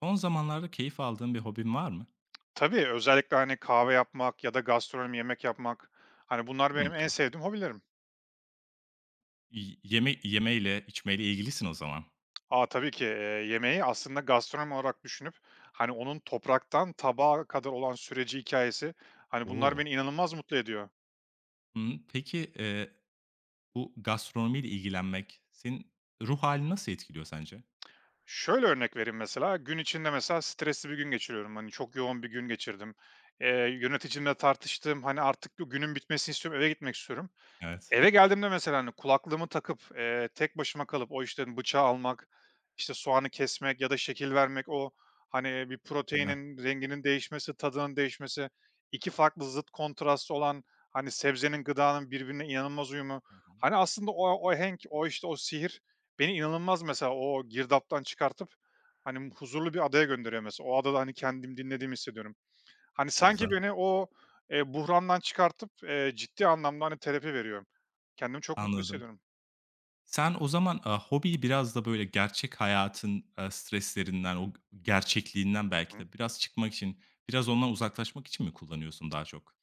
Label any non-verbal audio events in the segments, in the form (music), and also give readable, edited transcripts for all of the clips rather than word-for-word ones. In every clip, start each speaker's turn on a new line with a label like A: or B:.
A: Son zamanlarda keyif aldığın bir hobin var mı?
B: Tabii, özellikle, hani, kahve yapmak ya da gastronomi, yemek yapmak, hani, bunlar
A: Hımm,
B: benim en
A: ka
B: sevdiğim hobilerim.
A: y yeme yemeyle, içmeyle ilgilisin o zaman.
B: A, tabii ki, yemeği aslında gastronomi olarak düşünüp, hani, onun topraktan tabağa kadar olan süreci, hikayesi, hani, bunlar
A: O!
B: beni inanılmaz mutlu ediyor.
A: Peki, bu gastronomiyle ilgilenmek senin ruh hâlini nasıl etkiliyor sence?
B: Şöyle örnek vereyim mesela, gün içinde mesela stresli bir gün geçiriyorum. Hani, çok yoğun bir gün geçirdim. Eee, yöneticimle tartıştım. Hani, artık bu günün bitmesini istiyorum, eve gitmek istiyorum.
A: Evet,
B: Eve geldiğimde mesela, hani, kulaklığımı takıp, tek başıma kalıp o, işte, bıçağı almak, işte, soğanı kesmek ya da şekil vermek, o, hani, bir
A: değil mi?
B: proteinin renginin değişmesi, tadının değişmesi, 2 farklı zıt kontrast olan, hani, sebzenin, gıdanın birbirine inanılmaz uyumu.
A: Hı hı.
B: Hani, aslında o ahenk, o, işte, o sihir beni inanılmaz mesela o girdaptan çıkartıp, hani, huzurlu bir adaya gönderiyor mesela. O adada, hani, kendim dinlediğimi hissediyorum. Hani,
A: Ne
B: sanki
A: güzel,
B: beni o, buhrandan çıkartıp, ciddi anlamda, hani, terapi veriyor. Kendimi çok mutlu
A: anladım.
B: hissediyorum.
A: Sen o zaman, hobiyi biraz da böyle gerçek hayatın, streslerinden, o gerçekliğinden
B: Hı
A: belki
B: hı.
A: de biraz çıkmak için, biraz ondan uzaklaşmak için mi kullanıyorsun daha çok?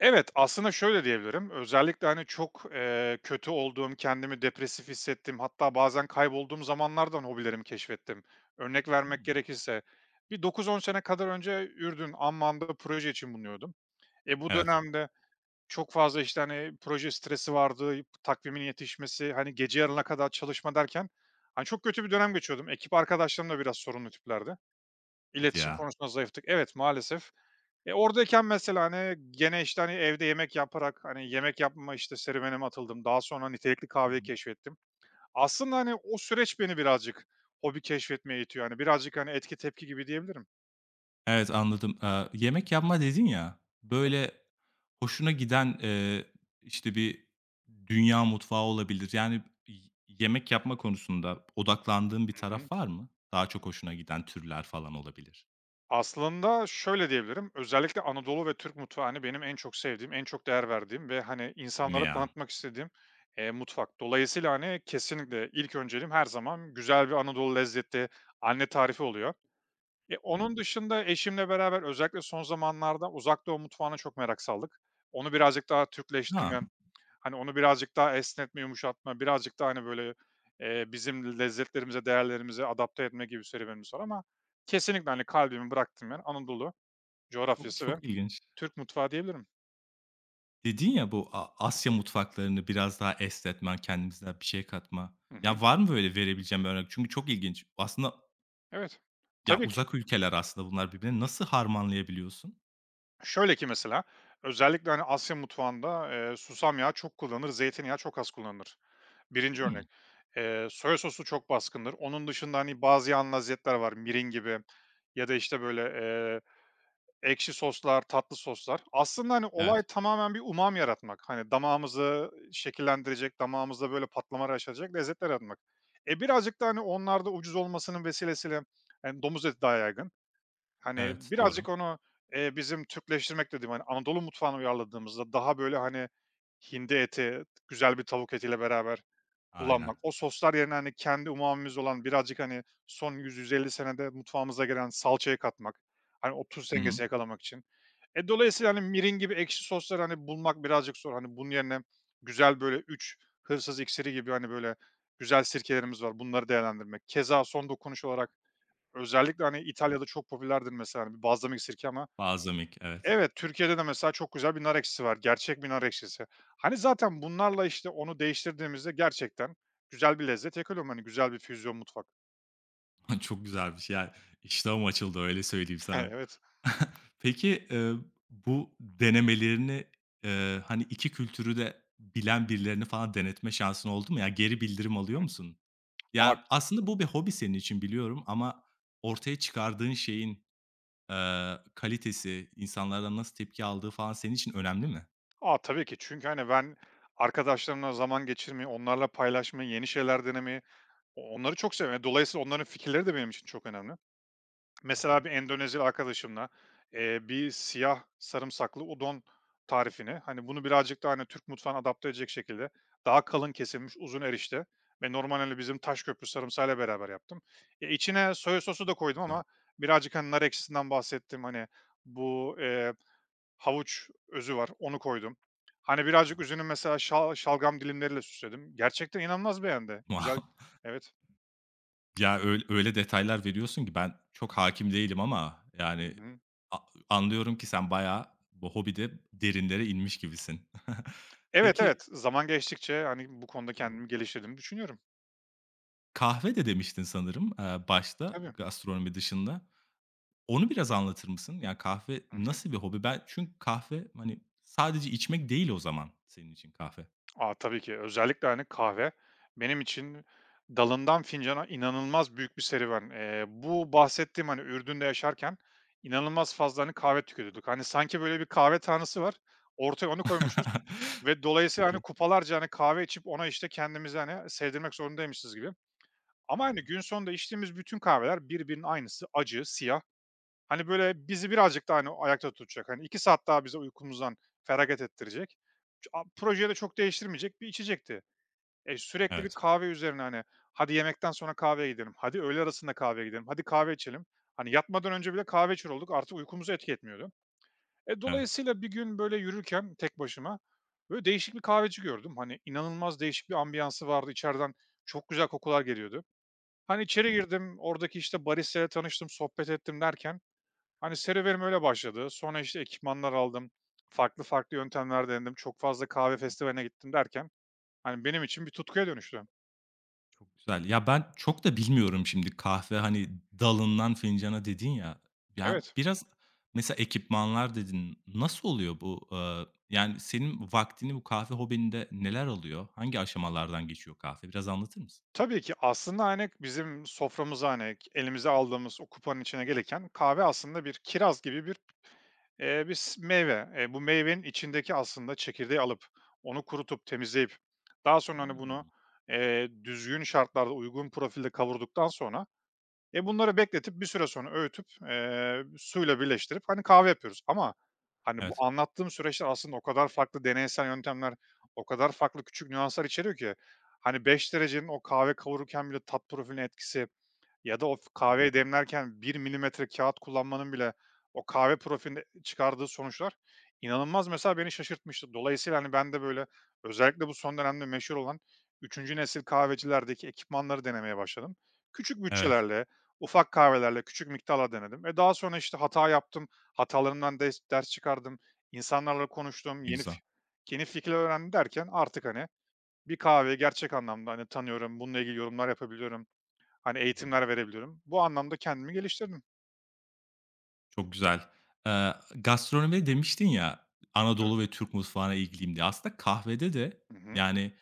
B: Evet, aslında şöyle diyebilirim. Özellikle, hani, çok, kötü olduğum, kendimi depresif hissettiğim, hatta bazen kaybolduğum zamanlardan hobilerimi keşfettim. Örnek vermek
A: Hımm.
B: gerekirse bir 9-10 sene kadar önce Ürdün, Amman'da proje için bulunuyordum. Bu
A: Evet.
B: dönemde çok fazla, işte, hani, proje stresi vardı, takvimin yetişmesi, hani, gece yarına kadar çalışma derken, hani, çok kötü bir dönem geçiyordum. Ekip arkadaşlarım da biraz sorunlu tiplerdi.
A: Hadi
B: İletişim
A: ya.
B: konusunda zayıftık. Evet, maalesef. Oradayken mesela, hani, gene, işte, hani, evde yemek yaparak, hani, yemek yapma, işte, serüvenime atıldım. Daha sonra nitelikli
A: Hı
B: kahveyi
A: hı.
B: keşfettim. Aslında, hani, o süreç beni birazcık hobi keşfetmeye itiyor. Hani, birazcık, hani, etki tepki gibi diyebilirim.
A: Evet, anladım. Yemek yapma dedin ya,
B: Tabii.
A: böyle hoşuna giden, işte, bir dünya mutfağı olabilir. Yani, yemek yapma konusunda odaklandığın bir
B: Hı hı.
A: taraf var mı? Daha çok hoşuna giden türler falan olabilir.
B: Aslında şöyle diyebilirim, özellikle Anadolu ve Türk mutfağı, hani, benim en çok sevdiğim, en çok değer verdiğim ve, hani, insanlara
A: Dünya.
B: tanıtmak istediğim, mutfak. Dolayısıyla, hani, kesinlikle ilk önceliğim her zaman güzel bir Anadolu lezzeti, anne tarifi oluyor.
A: Hı
B: Onun dışında eşimle beraber özellikle son zamanlarda Uzak Doğu mutfağına çok merak saldık. Onu birazcık daha
A: hı. A!
B: Türkleştirme Hani, onu birazcık daha esnetme, yumuşatma, birazcık daha, hani, böyle, bizim lezzetlerimize, değerlerimize adapte etme gibi serüvenimiz var ama kesinlikle, hani, kalbimi bıraktım yer Anadolu
A: Çok
B: coğrafyası ve
A: çok ilginç.
B: Türk mutfağı diyebilirim.
A: Dedin ya bu Asya mutfaklarını biraz daha esnetmen kendimizden bir şey katma.
B: Hı hı.
A: Ya, var mı böyle verebileceğin bir örnek? Çünkü çok ilginç. Aslında,
B: Evet.
A: ya,
B: Tabii ki.
A: uzak ülkeler aslında bunlar birbirine. Nasıl harmanlayabiliyorsun?
B: Şöyle ki mesela, özellikle, hani, Asya mutfağında, susam yağı çok kullanılır, zeytinyağı çok az kullanılır. Birinci
A: Hımm.
B: örnek. Soya sosu çok baskındır. Onun dışında, hani, bazı yağlı lezzetler var mirin gibi ya da, işte, böyle, ekşi soslar, tatlı soslar. Aslında, hani, olay
A: Evet.
B: tamamen bir umam yaratmak. Hani, damağımızı şekillendirecek, damağımızda böyle patlamalar yaşatacak lezzetler yaratmak. Birazcık da, hani, onlar ucuz olmasının vesilesiyle, hani, domuz eti daha yaygın. Hani,
A: Evet, doğru.
B: birazcık onu, bizim Türkleştirmek dediğim, hani, Anadolu mutfağına uyarladığımızda daha böyle, hani, hindi eti, güzel bir tavuk etiyle beraber
A: Aynen.
B: kullanmak, o soslar yerine, hani, kendi umamimiz olan birazcık, hani, son 100-150 senede mutfağımıza gelen salçayı katmak, hani, o tuz
A: Hı hı.
B: dengesi yakalamak için. Dolayısıyla, hani, mirin gibi ekşi soslar hani, bulmak birazcık zor. Hani, bunun yerine güzel böyle 3 hırsız iksiri gibi, hani, böyle güzel sirkelerimiz var, bunları değerlendirmek. Keza son dokunuş olarak özellikle, hani, İtalya'da çok popülerdir mesela, hani, bir balzamik sirke ama
A: Balzamik, evet.
B: evet, Türkiye'de de mesela çok güzel bir nar ekşisi var. Gerçek bir nar ekşisi. Hani, zaten bunlarla, işte, onu değiştirdiğimizde gerçekten güzel bir lezzet yakalıyorsun. Hani, güzel bir füzyon mutfak.
A: (laughs) Çok güzel bir şey. Ya, iştahım açıldı, öyle söyleyeyim
B: (laughs)
A: sana.
B: Evet.
A: Peki, bu denemelerini, hani, 2 kültürü de bilen birilerine falan denetme şansın oldu mu? Ya, geri bildirim alıyor musun?
B: A
A: Ya, aslında bu bir hobi senin için biliyorum ama ortaya çıkardığın şeyin, kalitesi, insanlardan nasıl tepki aldığı falan senin için önemli mi?
B: a, tabii ki. Çünkü, hani, ben arkadaşlarımla zaman geçirmeyi, onlarla paylaşmayı, yeni şeyler denemeyi, onları çok seviyorum. Dolayısıyla onların fikirleri de benim için çok önemli.
A: Hı hı.
B: Mesela bir Endonezyalı arkadaşımla, bir siyah sarımsaklı udon tarifini, hani, bunu birazcık daha, hani, Türk mutfağına adapte edecek şekilde daha kalın kesilmiş uzun erişte ve normal, hani, bizim Taşköprü sarımsağıyla beraber yaptım. İçine soya sosu da koydum
A: Güzel.
B: ama birazcık, hani, nar ekşisinden bahsettim. Hani, bu, havuç özü var, onu koydum. Hani,
A: Ya.
B: birazcık üzümün mesela şalgam dilimleriyle süsledim. Gerçekten inanılmaz beğendi.
A: (laughs)
B: Güzel.
A: Wow.
B: Evet.
A: Ya, öyle öyle detaylar veriyorsun ki ben çok hakim değilim ama,
B: Hı
A: yani,
B: hı.
A: a anlıyorum ki sen bayağı bu hobide derinlere inmiş gibisin. (laughs)
B: Evet,
A: Peki,
B: evet. Zaman geçtikçe, hani, bu konuda
A: Hı
B: kendimi geliştirdiğimi düşünüyorum.
A: kahve de demiştin sanırım, başta
B: Tabii.
A: gastronomi dışında. Onu biraz anlatır mısın? Yani kahve
B: Hı hı.
A: nasıl bir hobi? Ben çünkü kahve, hani, sadece içmek değil o zaman senin için kahve.
B: A, tabii ki. Özellikle, hani, kahve benim için dalından fincana inanılmaz büyük bir serüven. Bu bahsettiğim, hani, Ürdün'de yaşarken inanılmaz fazla, hani, kahve tüketiyorduk. Hani, sanki böyle bir kahve tanrısı var. Ortaya onu koymuşuz
A: (laughs)
B: ve dolayısıyla,
A: Çok
B: hani,
A: iyi.
B: kupalarca, hani, kahve içip ona, işte, kendimizi, hani, sevdirmek zorundaymışız gibi. Ama,
A: Hı.
B: hani, gün sonunda içtiğimiz bütün kahveler birbirinin aynısı. Acı, siyah. Hani, böyle, bizi birazcık daha, hani, ayakta tutacak. Hani, 2 saat daha bize uykumuzdan feragat ettirecek. Ç a projeyi de çok değiştirmeyecek bir içecekti. Sürekli bir
A: Evet,
B: kahve üzerine, hani, hadi yemekten sonra kahveye gidelim, hadi öğle arasında kahveye gidelim, hadi kahve içelim. Hani, yatmadan önce bile kahve içiyor olduk. Artık uykumuzu etki etmiyordu.
A: evet.
B: Dolayısıyla bir gün, böyle, yürürken tek başıma, böyle, değişik bir kahveci gördüm. Hani, inanılmaz değişik bir ambiyansı vardı. İçeriden çok güzel kokular geliyordu. Hani, içeri girdim, oradaki, işte, baristayla tanıştım, sohbet ettim derken. Hani, serüvenim öyle başladı. Sonra işte ekipmanlar aldım. Farklı farklı yöntemler denedim. Çok fazla kahve festivaline gittim derken hani benim için bir tutkuya dönüştü.
A: Çok güzel. Ya, ben çok da bilmiyorum şimdi kahve, hani, dalından fincana dedin ya. Yani
B: Evet.
A: biraz mesela ekipmanlar dedin. Nasıl oluyor bu? Yani, senin vaktini bu kahve hobininde neler alıyor? Hangi aşamalardan geçiyor kahve? Biraz anlatır mısın?
B: Tabii ki aslında hani bizim soframıza hani elimize aldığımız o kupanın içine gelirken kahve aslında bir kiraz gibi bir meyve. Bu meyvenin içindeki aslında çekirdeği alıp onu kurutup temizleyip daha sonra hani bunu
A: Hımm.
B: düzgün şartlarda uygun profilde kavurduktan sonra bunları bekletip bir süre sonra öğütüp, suyla birleştirip, hani, kahve yapıyoruz ama, hani, bu
A: Evet.
B: anlattığım süreçte aslında o kadar farklı deneysel yöntemler, o kadar farklı küçük nüanslar içeriyor ki, hani, 5 derecenin o kahve kavururken bile tat profiline etkisi ya da o
A: Hı hı.
B: kahveyi demlerken 1 milimetre kağıt kullanmanın bile o kahve profilinde çıkardığı sonuçlar inanılmaz mesela beni şaşırtmıştı. Dolayısıyla, hani, ben de böyle özellikle bu son dönemde meşhur olan üçüncü nesil kahvecilerdeki ekipmanları denemeye başladım. Küçük
A: Evet,
B: bütçelerle, ufak kahvelerle, küçük miktarla denedim. Daha sonra, işte, hata yaptım. Hatalarımdan ders çıkardım, insanlarla konuştum.
A: ne güzel.
B: Yeni fikirler öğrendim derken artık, hani, bir kahveyi gerçek anlamda, hani, tanıyorum, bununla ilgili yorumlar yapabiliyorum. Hani, eğitimler verebiliyorum. Bu anlamda kendimi geliştirdim.
A: Çok güzel. Gastronomi demiştin ya, Anadolu ve Türk mutfağına ilgiliyim diye. Aslında kahvede de,
B: Hı hı.
A: yani,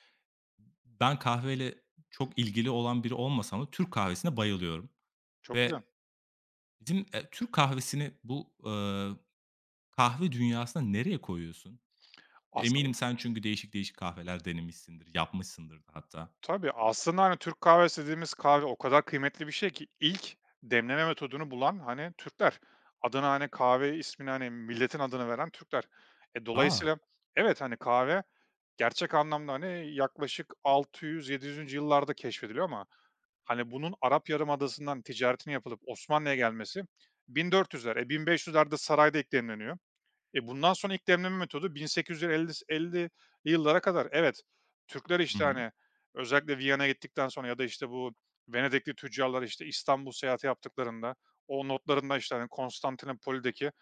A: ben kahveyle çok ilgili olan biri olmasam da Türk kahvesine bayılıyorum.
B: Çok güzel.
A: Ve bizim, Türk kahvesini bu, kahve dünyasına nereye koyuyorsun?
B: Aslında.
A: Eminim sen çünkü değişik değişik kahveler denemişsindir, yapmışsındır da hatta.
B: Tabii, aslında, hani, Türk kahvesi dediğimiz kahve o kadar kıymetli bir şey ki ilk demleme metodunu bulan, hani, Türkler. Adına, hani, kahve ismini, hani, milletin adını veren Türkler.
A: A!
B: Dolayısıyla evet, hani, kahve gerçek anlamda, hani, yaklaşık 600-700'üncü yıllarda keşfediliyor ama, hani, bunun Arap Yarımadası'ndan ticaretini yapılıp Osmanlı'ya gelmesi 1400'ler. 1500'lerde sarayda eklemleniyor. Bundan sonra ilk demleme metodu 1850'si 50'li yıllara kadar. Evet, Türkler,
A: Hı
B: işte,
A: hı.
B: hani, özellikle Viyana'ya gittikten sonra ya da, işte, bu Venedikli tüccarlar, işte, İstanbul seyahati yaptıklarında o notlarında, işte, hani, Konstantinopoli'deki,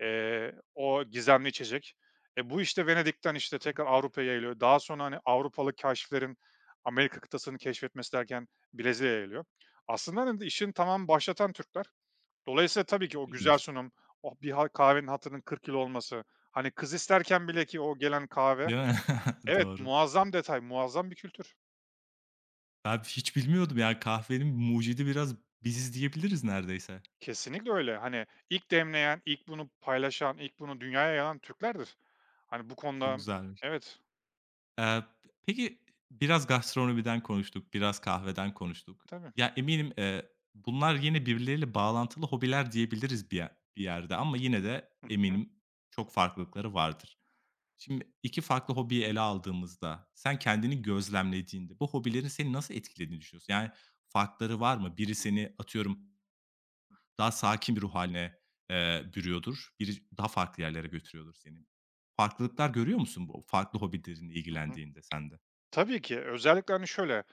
B: o gizemli içecek. Bu, işte, Venedik'ten, işte, tekrar Avrupa'ya yayılıyor. Daha sonra, hani, Avrupalı keşiflerin Amerika kıtasını keşfetmesi derken Brezilya'ya yayılıyor. Aslında, hani, işin tamam başlatan Türkler. Dolayısıyla tabii ki
A: Çok
B: o güzel
A: ilginç.
B: sunum, o bir kahvenin hatırının 40 lira olması, hani, kız isterken bile ki o gelen kahve.
A: Değil mi? (laughs)
B: Evet,
A: Doğru.
B: muazzam detay, muazzam bir kültür.
A: Ben hiç bilmiyordum, yani, kahvenin mucidi biraz biziz diyebiliriz neredeyse.
B: Kesinlikle öyle. Hani, ilk demleyen, ilk bunu paylaşan, ilk bunu dünyaya yayan Türklerdir. Hani, bu
A: Çok
B: konuda.
A: güzelmiş.
B: Evet,
A: Eee, peki, biraz gastronomiden konuştuk, biraz kahveden konuştuk.
B: tabii.
A: Ya, eminim, bunlar yine birbirleriyle bağlantılı hobiler diyebiliriz bir bir yerde ama yine de eminim çok farklılıkları vardır. Şimdi 2 farklı hobiyi ele aldığımızda sen kendini gözlemlediğinde bu hobilerin seni nasıl etkilediğini düşünüyorsun? Yani farkları var mı? Biri seni atıyorum daha sakin bir ruh haline bürüyordur, biri daha farklı yerlere götürüyordur seni. Farklılıklar görüyor musun bu farklı hobilerin
B: Hı hı.
A: ilgilendiğinde sende?
B: Tabii ki. Özellikle, hani, şöyle,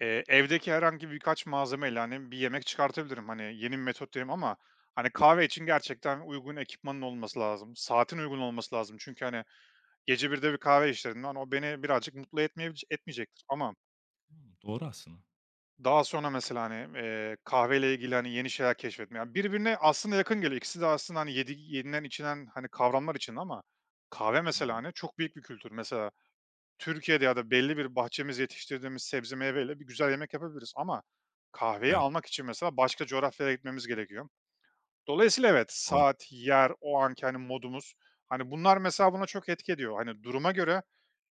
B: evdeki herhangi birkaç malzemeyle, hani, bir yemek çıkartabilirim. Hani, yeni bir metot derim ama, hani, kahve için gerçekten uygun ekipmanın olması lazım. Saatin uygun olması lazım. Çünkü, hani, gece birde bir kahve içtiğinde, hani, o beni birazcık mutlu etmeyecektir ama
A: Hımm, doğru aslında.
B: daha sonra mesela, hani, kahveyle ilgili, hani, yeni şeyler keşfetme. Ya, birbirine aslında yakın geliyor. İkisi de aslında, hani, yenilen, içilen, hani, kavramlar için ama kahve
A: Hı
B: mesela,
A: hı.
B: hani, çok büyük bir kültür. Mesela Türkiye'de ya da belli bir bahçemiz yetiştirdiğimiz sebze meyveyle bir güzel yemek yapabiliriz ama kahveyi
A: Evet,
B: almak için mesela başka coğrafyalara gitmemiz gerekiyor. Dolayısıyla evet,
A: doğru.
B: saat, yer, o anki hani modumuz, hani bunlar mesela buna çok etki ediyor. Hani duruma göre,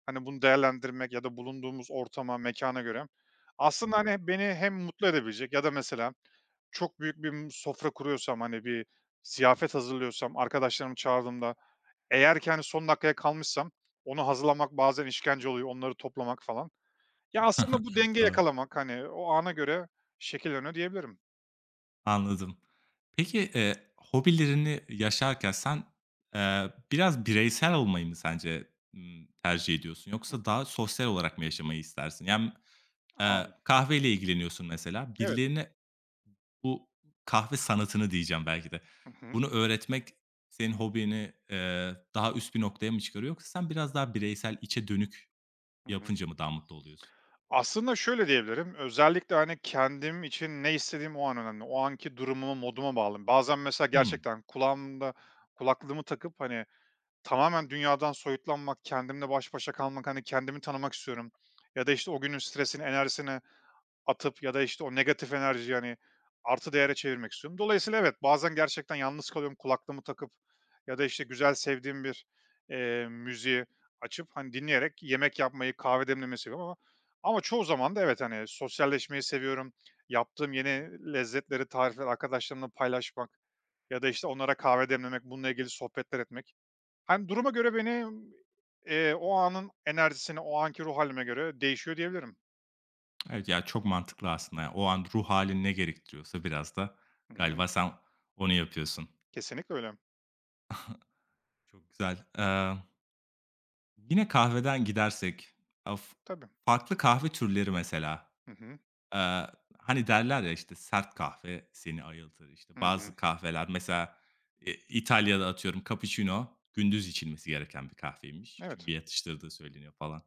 B: hani bunu değerlendirmek ya da bulunduğumuz ortama, mekana göre
A: Hı
B: aslında,
A: hı.
B: hani, beni hem mutlu edebilecek ya da mesela çok büyük bir sofra kuruyorsam, hani, bir ziyafet hazırlıyorsam, arkadaşlarımı çağırdığımda eğer ki, hani, son dakikaya kalmışsam onu hazırlamak bazen işkence oluyor, onları toplamak falan. Ya, aslında
A: Ha,
B: bu dengeyi
A: doğru.
B: yakalamak, hani, o ana göre şekilleniyor diyebilirim.
A: Anladım. Peki, hobilerini yaşarken sen, biraz bireysel olmayı mı sence, tercih ediyorsun
B: Hıh,
A: yoksa daha sosyal olarak mı yaşamayı istersin? Yani,
B: anladım.
A: kahveyle ilgileniyorsun mesela.
B: Evet.
A: Birilerine bu kahve sanatını diyeceğim belki de.
B: Hı hı.
A: Bunu öğretmek senin hobini, daha üst bir noktaya mı çıkarıyor yoksa sen biraz daha bireysel, içe dönük
B: Hı hı.
A: yapınca mı daha mutlu oluyorsun?
B: Aslında şöyle diyebilirim, özellikle, hani, kendim için ne istediğim o an önemli. O anki durumuma, moduma bağlı. Bazen mesela
A: Hımm.
B: gerçekten kulaklığımı takıp, hani, tamamen dünyadan soyutlanmak, kendimle baş başa kalmak, hani, kendimi tanımak istiyorum ya da, işte, o günün stresini, enerjisini atıp ya da, işte, o negatif enerjiyi, hani, artı değere çevirmek istiyorum. Dolayısıyla evet, bazen gerçekten yalnız kalıyorum. Kulaklığımı takıp ya da, işte, güzel sevdiğim bir, müziği açıp, hani, dinleyerek yemek yapmayı, kahve demlemeyi seviyorum ama çoğu zaman da evet, hani, sosyalleşmeyi seviyorum. Yaptığım yeni lezzetleri, tarifleri arkadaşlarımla paylaşmak ya da, işte, onlara kahve demlemek, bununla ilgili sohbetler etmek. Hani, duruma göre beni, o anın enerjisini, o anki ruh halime göre değişiyor diyebilirim.
A: Evet ya, çok mantıklı aslında. Yani o an ruh halin ne gerektiriyorsa biraz da
B: Hı hı.
A: galiba sen onu yapıyorsun.
B: Kesinlikle öyle.
A: Çok güzel. Yine kahveden gidersek, af
B: Tabii.
A: farklı kahve türleri mesela,
B: Hı hı.
A: eee, hani derler ya işte sert kahve seni ayıltır. İşte
B: Hı hı.
A: bazı kahveler mesela, İtalya'da atıyorum cappuccino gündüz içilmesi gereken bir kahveymiş.
B: Evet.
A: Çünkü yatıştırdığı söyleniyor falan.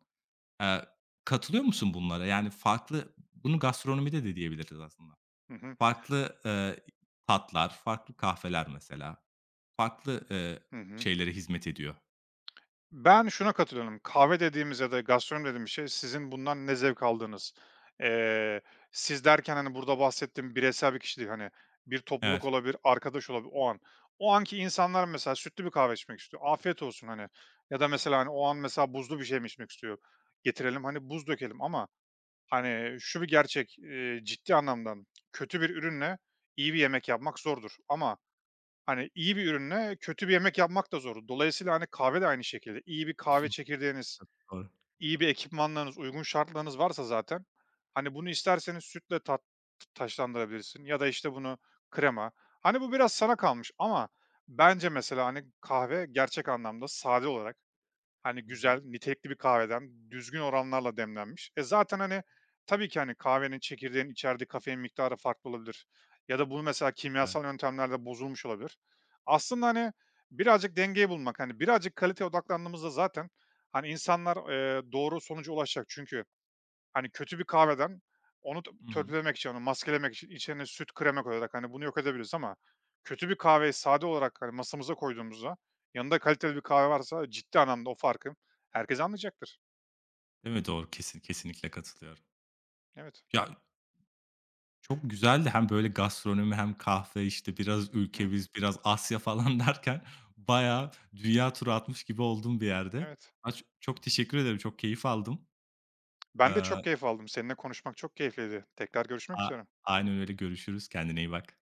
A: Eee, katılıyor musun bunlara? Yani farklı bunu gastronomide de diyebiliriz aslında.
B: Hı hı.
A: Farklı, tatlar, farklı kahveler mesela, farklı,
B: Hı hı.
A: şeylere hizmet ediyor.
B: Ben şuna katılıyorum. Kahve dediğimiz ya da gastronomi dediğimiz şey sizin bundan ne zevk aldığınız. Eee, siz derken, hani, burada bahsettiğim bireysel bir kişi değil, hani, bir topluluk
A: Evet,
B: olabilir, arkadaş olabilir o an. O anki insanlar mesela sütlü bir kahve içmek istiyor. Afiyet olsun, hani. Ya da mesela, hani, o an mesela buzlu bir şey mi içmek istiyor? Getirelim, hani, buz dökelim ama, hani, şu bir gerçek, ciddi anlamda kötü bir ürünle iyi bir yemek yapmak zordur ama hani, iyi bir ürünle kötü bir yemek yapmak da zor. Dolayısıyla, hani, kahve de aynı şekilde. İyi bir kahve çekirdeğiniz,
A: doğru.
B: iyi bir ekipmanlarınız, uygun şartlarınız varsa zaten, hani, bunu isterseniz sütle taçlandırabilirsin ya da, işte, bunu krema. Hani, bu biraz sana kalmış ama bence mesela, hani, kahve gerçek anlamda sade olarak. Hani,
A: Hı hı.
B: güzel, nitelikli bir kahveden düzgün oranlarla demlenmiş. Zaten, hani, tabii ki, hani, kahvenin çekirdeğin içerdiği kafein miktarı farklı olabilir ya da bunu mesela
A: Evet.
B: kimyasal yöntemlerle bozulmuş olabilir. Aslında, hani, birazcık dengeyi bulmak, hani, birazcık kalite odaklandığımızda zaten, hani, insanlar, doğru sonuca ulaşacak. Çünkü, hani, kötü bir kahveden onu
A: Hı hı.
B: törpülemek için, onu maskelemek için içine süt, krema koyarak, hani, bunu yok edebiliriz ama kötü bir kahveyi sade olarak, hani, masamıza koyduğumuzda yanında kaliteli bir kahve varsa ciddi anlamda o farkı herkes anlayacaktır.
A: Değil mi? Doğru. Kesinlikle katılıyorum.
B: Evet.
A: Ya, çok güzeldi hem böyle gastronomi hem kahve, işte, biraz
B: Hı
A: ülkemiz, biraz Asya falan (laughs) derken bayağı dünya turu atmış gibi oldum bir yerde.
B: Evet.
A: Çok teşekkür ederim, çok keyif aldım.
B: Ben de
A: Eee,
B: çok keyif aldım. Seninle konuşmak çok keyifliydi. Tekrar görüşmek
A: a
B: üzere.
A: aynen öyle. Görüşürüz. Kendine iyi bak.